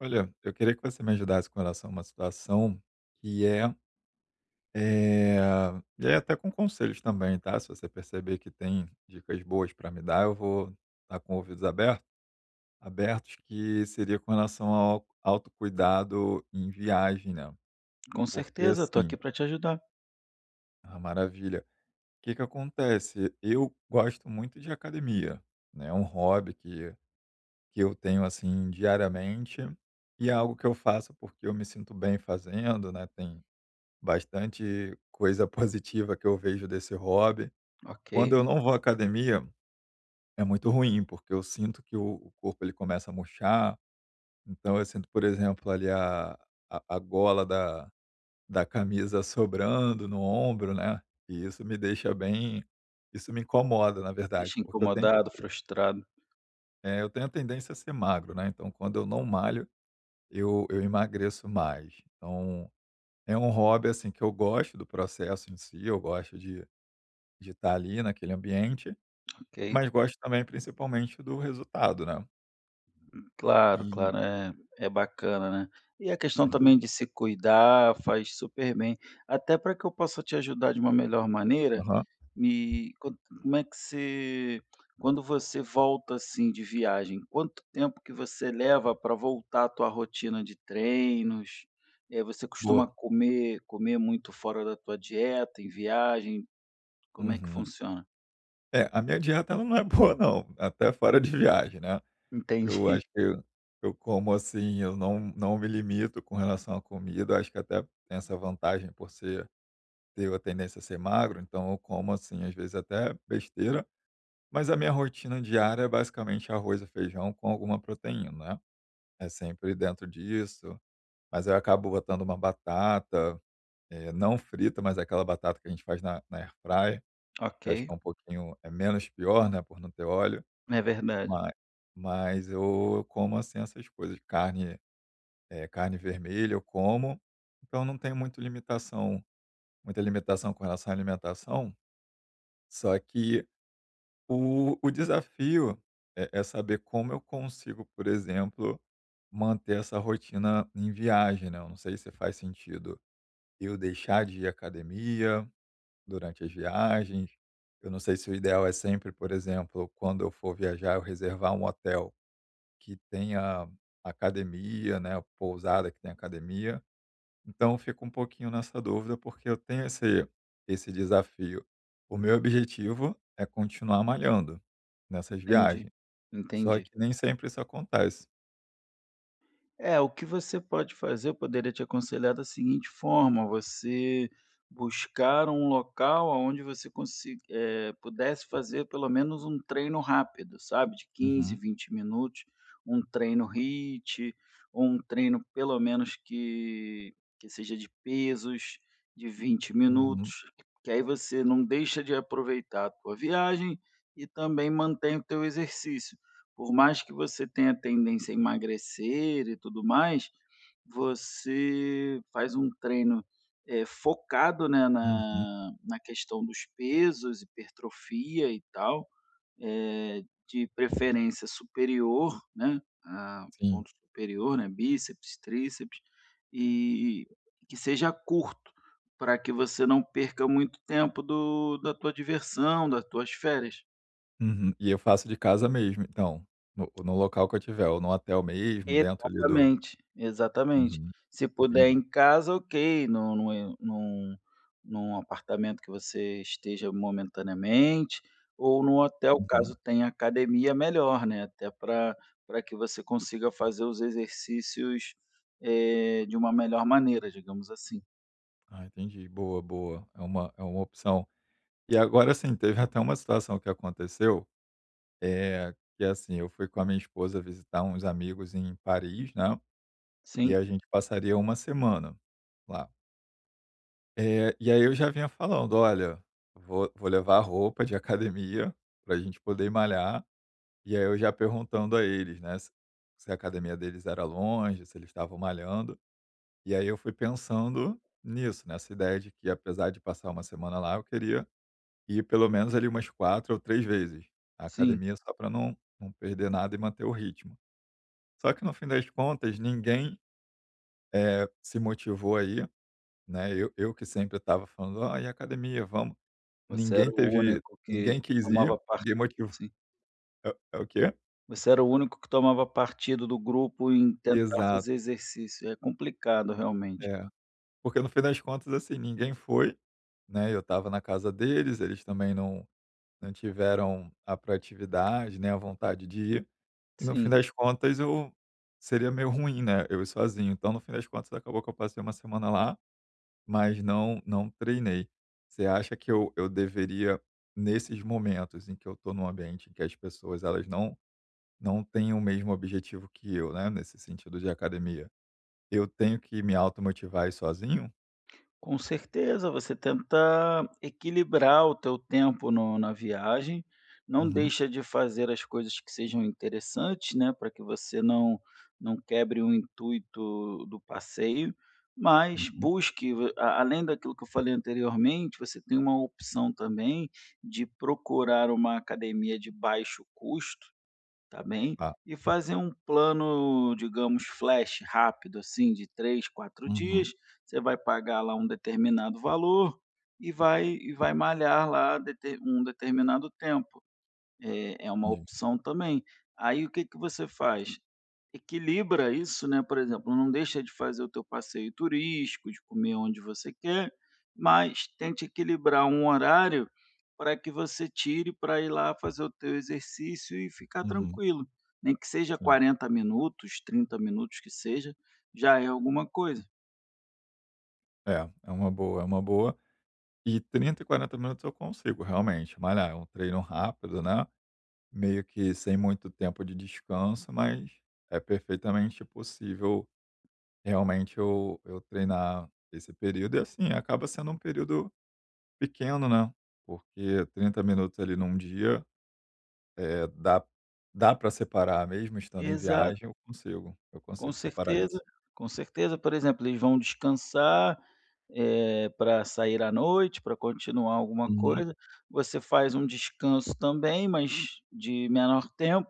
Olha, eu queria que você me ajudasse com relação a uma situação que é, é e aí até com conselhos também, tá? Se você perceber que tem dicas boas para me dar, eu vou estar com ouvidos abertos, abertos, que seria com relação ao autocuidado em viagem, né? Com Porque certeza, estou assim, aqui para te ajudar. ah, maravilha. O que que acontece? Eu gosto muito de academia, né? É um hobby que eu tenho assim diariamente e é algo que eu faço porque eu me sinto bem fazendo, né? Tem bastante coisa positiva que eu vejo desse hobby. Quando Ok. eu não vou à academia, é muito ruim, porque eu sinto que o corpo ele começa a murchar, então eu sinto, por exemplo, ali a a gola da camisa sobrando no ombro, né, e isso me deixa bem isso me incomoda, na verdade, Deixa porque eu tenho incomodado, frustrado, eu tenho a tendência a ser magro, né, então quando eu não malho, eu emagreço mais. Então, é um hobby, assim, que eu gosto do processo em si, eu gosto de estar ali naquele ambiente, ok. mas gosto também principalmente do resultado, né. Claro, E claro, é bacana, né. E a questão sem também dúvida. de se cuidar faz super bem. Até para que eu possa te ajudar de uma melhor maneira, Aham. me co como é que você quando você volta, assim, de viagem, quanto tempo que você leva para voltar à tua rotina de treinos? Você Boa. costuma comer muito fora da tua dieta em viagem? Como é que Uhum. funciona? É, a minha dieta ela não é boa não, até fora de viagem, né. Eu Entendi. acho que eu como, assim, eu não me limito com relação à comida. Eu acho que até tem essa vantagem por ser ter a tendência a ser magro, então eu como, assim, às vezes até besteira, mas a minha rotina diária é basicamente arroz e feijão com alguma proteína, né. É sempre dentro disso. Mas eu acabo botando uma batata, não frita, mas é aquela batata que a gente faz na air fryer, Ok. que eu acho que é um pouquinho é menos pior, né, por não ter óleo, É verdade. ma mas eu como, assim, essas coisas. Carne, carne vermelha eu como, então não tenho muito limitação muita limitação com relação à alimentação, só que o desafio é é saber como eu consigo, por exemplo, manter essa rotina em viagem, né, eu não sei se faz sentido. Eu deixar de ir à academia durante as viagens. Eu não sei se o ideal é sempre, por exemplo, quando eu for viajar, eu reservar um hotel que tenha academia, né, pousada que tenha academia. Então eu fico um pouquinho nessa dúvida porque eu tenho esse esse desafio. O meu objetivo é continuar malhando nessas Entendi. viagens, só Entendi. que nem sempre isso acontece. É, o que você pode fazer, eu poderia te aconselhar da seguinte forma: você buscar um local onde pudesse fazer pelo menos um treino rápido, sabe, de quinze, Uhum, 20 minutos, um treino HIIT, ou um treino pelo menos que seja de pesos de 20 minutos, uhum, que aí você não deixa de aproveitar a tua viagem e também mantém o teu exercício. Por mais que você tenha tendência a emagrecer e tudo mais, você faz um treino, focado, né, uhum, na questão dos pesos, hipertrofia e tal, de preferência superior, né, a sim. ponto superior, né, bíceps, tríceps, e que seja curto, para que você não perca muito tempo do da tua diversão, das tuas férias. Uhum. E eu faço de casa mesmo, então, no local que eu tiver, ou no hotel mesmo, dentro ali do Exatamente, exatamente. uhum, Se puder entendi. em casa, ok, num apartamento que você esteja momentaneamente, ou num hotel, Uhum. caso tenha academia, melhor, né, até para que você consiga fazer os exercícios, de uma melhor maneira, digamos assim. Ah, entendi. Boa, boa. É uma opção. E agora, assim, teve até uma situação que aconteceu, é que assim, eu fui com a minha esposa visitar uns amigos em Paris, né, e Sim, a gente passaria uma semana lá. E aí eu já vinha falando: "Olha, vou levar roupa de academia para a gente poder malhar". E aí eu já perguntando a eles, né, se se a academia deles era longe, se eles estavam malhando. E aí eu fui pensando nisso, nessa ideia de que apesar de passar uma semana lá, eu queria ir pelo menos ali umas 4 ou 3 vezes à sim. academia só para não perder nada e manter o ritmo. Só que no fim das contas ninguém, se motivou aí, né, eu que sempre estava falando: "Ó, e academia, vamos". Você era Ninguém o teve único que ninguém que quis ir, tomava parte ninguém motivou sim. é é o quê? Você era o único que tomava partido do grupo em tentar Exato, fazer exercício. É complicado, realmente. é. Porque no fim das contas, assim, ninguém foi, né, eu estava na casa deles, eles também não tiveram a proatividade, nem a vontade de ir, e no fim Sim, das contas eu seria meio ruim, né, eu ir sozinho. Então no fim das contas acabou que eu passei uma semana lá, mas não treinei. Você acha que eu deveria, nesses momentos em que eu estou num ambiente em que as pessoas elas não têm o mesmo objetivo que eu, né, nesse sentido de academia, eu tenho que me automotivar a ir sozinho? com certeza. Você tenta equilibrar o teu tempo na viagem, não Uhum, deixa de fazer as coisas que sejam interessantes, né, para que você não quebre o intuito do passeio, mas uhum. busque v a além daquilo que eu falei anteriormente, você tem uma opção também de procurar uma academia de baixo custo. Tá bem? E fazer um plano, digamos, flash rápido, assim, de 3, quatro dias. Uhum, Você vai pagar lá um determinado valor e vai malhar lá deter um determinado tempo. É uma entendi. opção também. Aí o que que você faz? Equilibra isso, né, por exemplo, não deixa de fazer o teu passeio turístico, de comer onde você quer, mas tente equilibrar um horário para que você tire para ir lá fazer o teu exercício e ficar Uhum, tranquilo. Nem que seja sim. 40 minutos, 30 minutos que seja, já é alguma coisa. É, é uma boa, é uma boa. E 30 e 40 minutos eu consigo realmente malhar, é um treino rápido, né, meio que sem muito tempo de descanso, mas é perfeitamente possível realmente eu treinar esse período e, assim, acaba sendo um período pequeno, né, porque 30 minutos ali num dia, dá dá para separar, mesmo estando em Exato. viagem eu Com consigo separar certeza, isso. com certeza. Por exemplo, eles vão descansar, para sair à noite, para continuar alguma Uhum. coisa. Você faz um descanso também, mas de menor tempo,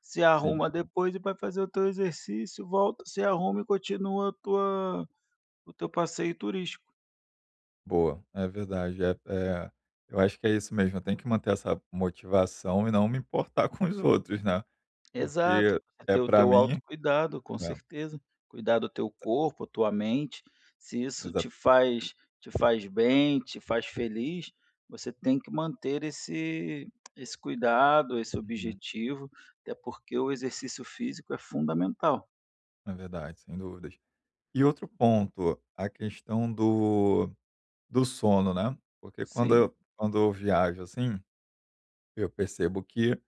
se Sim. arruma depois e vai fazer o teu exercício, volta, se arruma e continua a tua o teu passeio turístico. Boa, é verdade. É, é, eu acho que é isso mesmo. Eu tenho que manter essa motivação e não me importar com os outros, né? Exato, Porque você é ter o para teu mim. autocuidado, com É, certeza. Cuidar do teu corpo, a tua mente, se isso exato. Te faz bem, te faz feliz, você tem que manter esse cuidado, esse Uhum, objetivo, até porque o exercício físico é fundamental. é verdade, sem dúvidas. E outro ponto, a questão do, do sono, né? Porque Sim, quando eu viajo assim, eu percebo que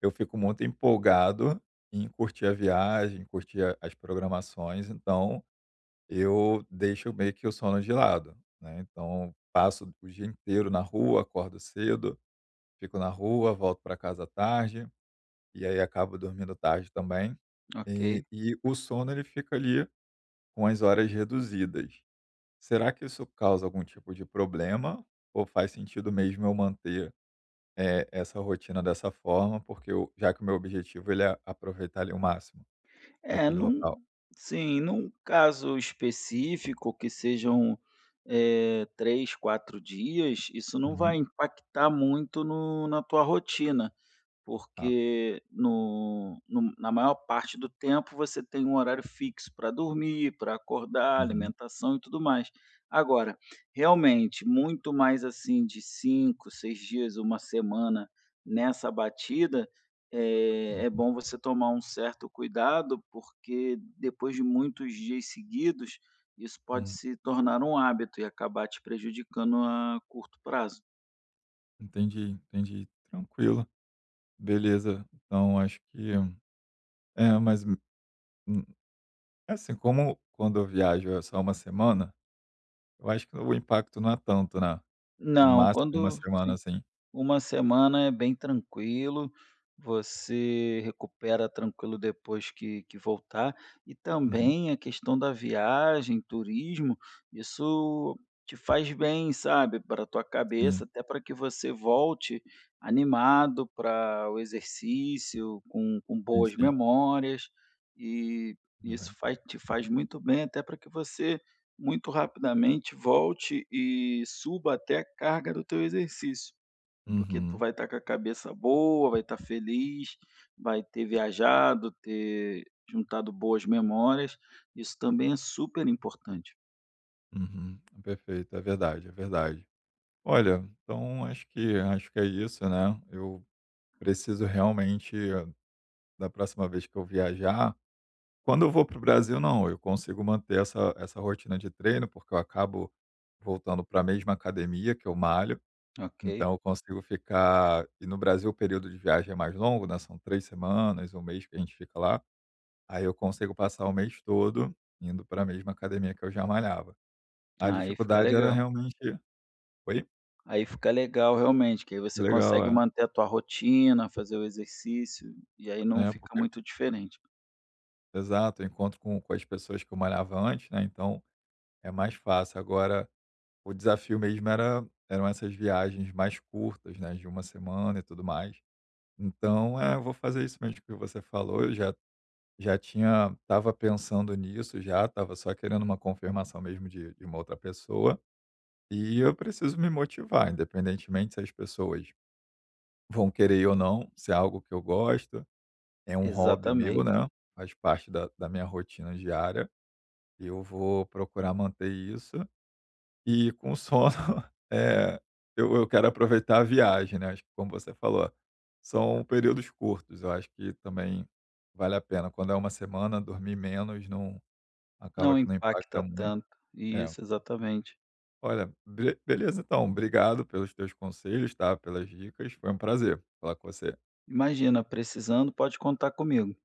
eu fico muito empolgado em curtir a viagem, curtir a- as programações. Então, eu deixo meio que o sono de lado, né, então passo o dia inteiro na rua, acordo cedo, fico na rua, volto para casa à tarde, e aí acabo dormindo tarde também, e ok. o sono ele fica ali com as horas reduzidas. Será que isso causa algum tipo de problema ou faz sentido mesmo eu manter, essa rotina dessa forma, porque eu já que o meu objetivo ele é aproveitar ali o máximo É, daquele num local? sim, num caso específico que sejam, 3, 4 dias, isso não Uhum. vai impactar muito no na tua rotina. Tá. Porque no no na maior parte do tempo você tem um horário fixo para dormir, para acordar, Uhum, alimentação e tudo mais. Agora, realmente, muito mais, assim, de 5 6 dias, uma semana nessa batida, é uhum, bom você tomar um certo cuidado, porque depois de muitos dias seguidos, isso pode uhum. se tornar um hábito e acabar te prejudicando a curto prazo. Entendi, entendi. Tranquilo. Beleza. Então acho que é, mas, hum, assim, como quando eu viajo é só uma semana, eu acho que o impacto não é tanto, né. No Não, máximo uma quando semana, assim. Uma semana é bem tranquilo, você recupera tranquilo depois que voltar, e Uhum. também a questão da viagem, turismo, isso te faz bem, sabe, pra tua Sim, cabeça, até para que você volte animado para o exercício, com sim, boas sim. memórias, e isso Verdade. faz te faz muito bem, até para que você muito rapidamente volte e suba até a carga do teu exercício. Porque tu Uhum, vai estar com a cabeça boa, vai estar feliz, vai ter viajado, ter juntado boas memórias. Isso também é super importante, uhum. Perfeito, é verdade, é verdade. Olha, então acho que é isso, né. Eu preciso realmente da próxima vez que eu viajar. Quando eu vou para o Brasil, não, eu consigo manter essa essa rotina de treino, porque eu acabo voltando para a mesma academia que eu malho, ok? então eu consigo ficar e no Brasil o período de viagem é mais longo, né, são 3 semanas, um mês que a gente fica lá, aí eu consigo passar o mês todo indo para a mesma academia que eu já malhava. A Aí fica dificuldade era legal. realmente Oi? Aí fica legal realmente, que aí você Legal, consegue é. manter a tua rotina, fazer o exercício, e aí não É, fica porque muito diferente. exato, eu encontro com as pessoas que eu malhava antes, né, então é mais fácil. Agora o desafio mesmo era eram essas viagens mais curtas, né, de uma semana e tudo mais. Então, é, eu vou fazer isso mesmo que você falou, eu já já tinha estava pensando nisso já, estava só querendo uma confirmação mesmo de uma outra pessoa, e eu preciso me motivar, independentemente se as pessoas vão querer ou não, se é algo que eu gosto, é um hobby meu, Exatamente. né, faz parte da minha rotina diária, eu vou procurar manter isso. E com sono, eh, eu quero aproveitar a viagem, né, acho que como você falou, são períodos curtos, eu acho que também vale a pena. Quando é uma semana, dormir menos não acaba Não que não impacta impacta muito. tanto. É. Isso, exatamente. Olha, bre beleza então, obrigado pelos teus conselhos, tá, pelas dicas, foi um prazer falar com você. Imagina, precisando, pode contar comigo.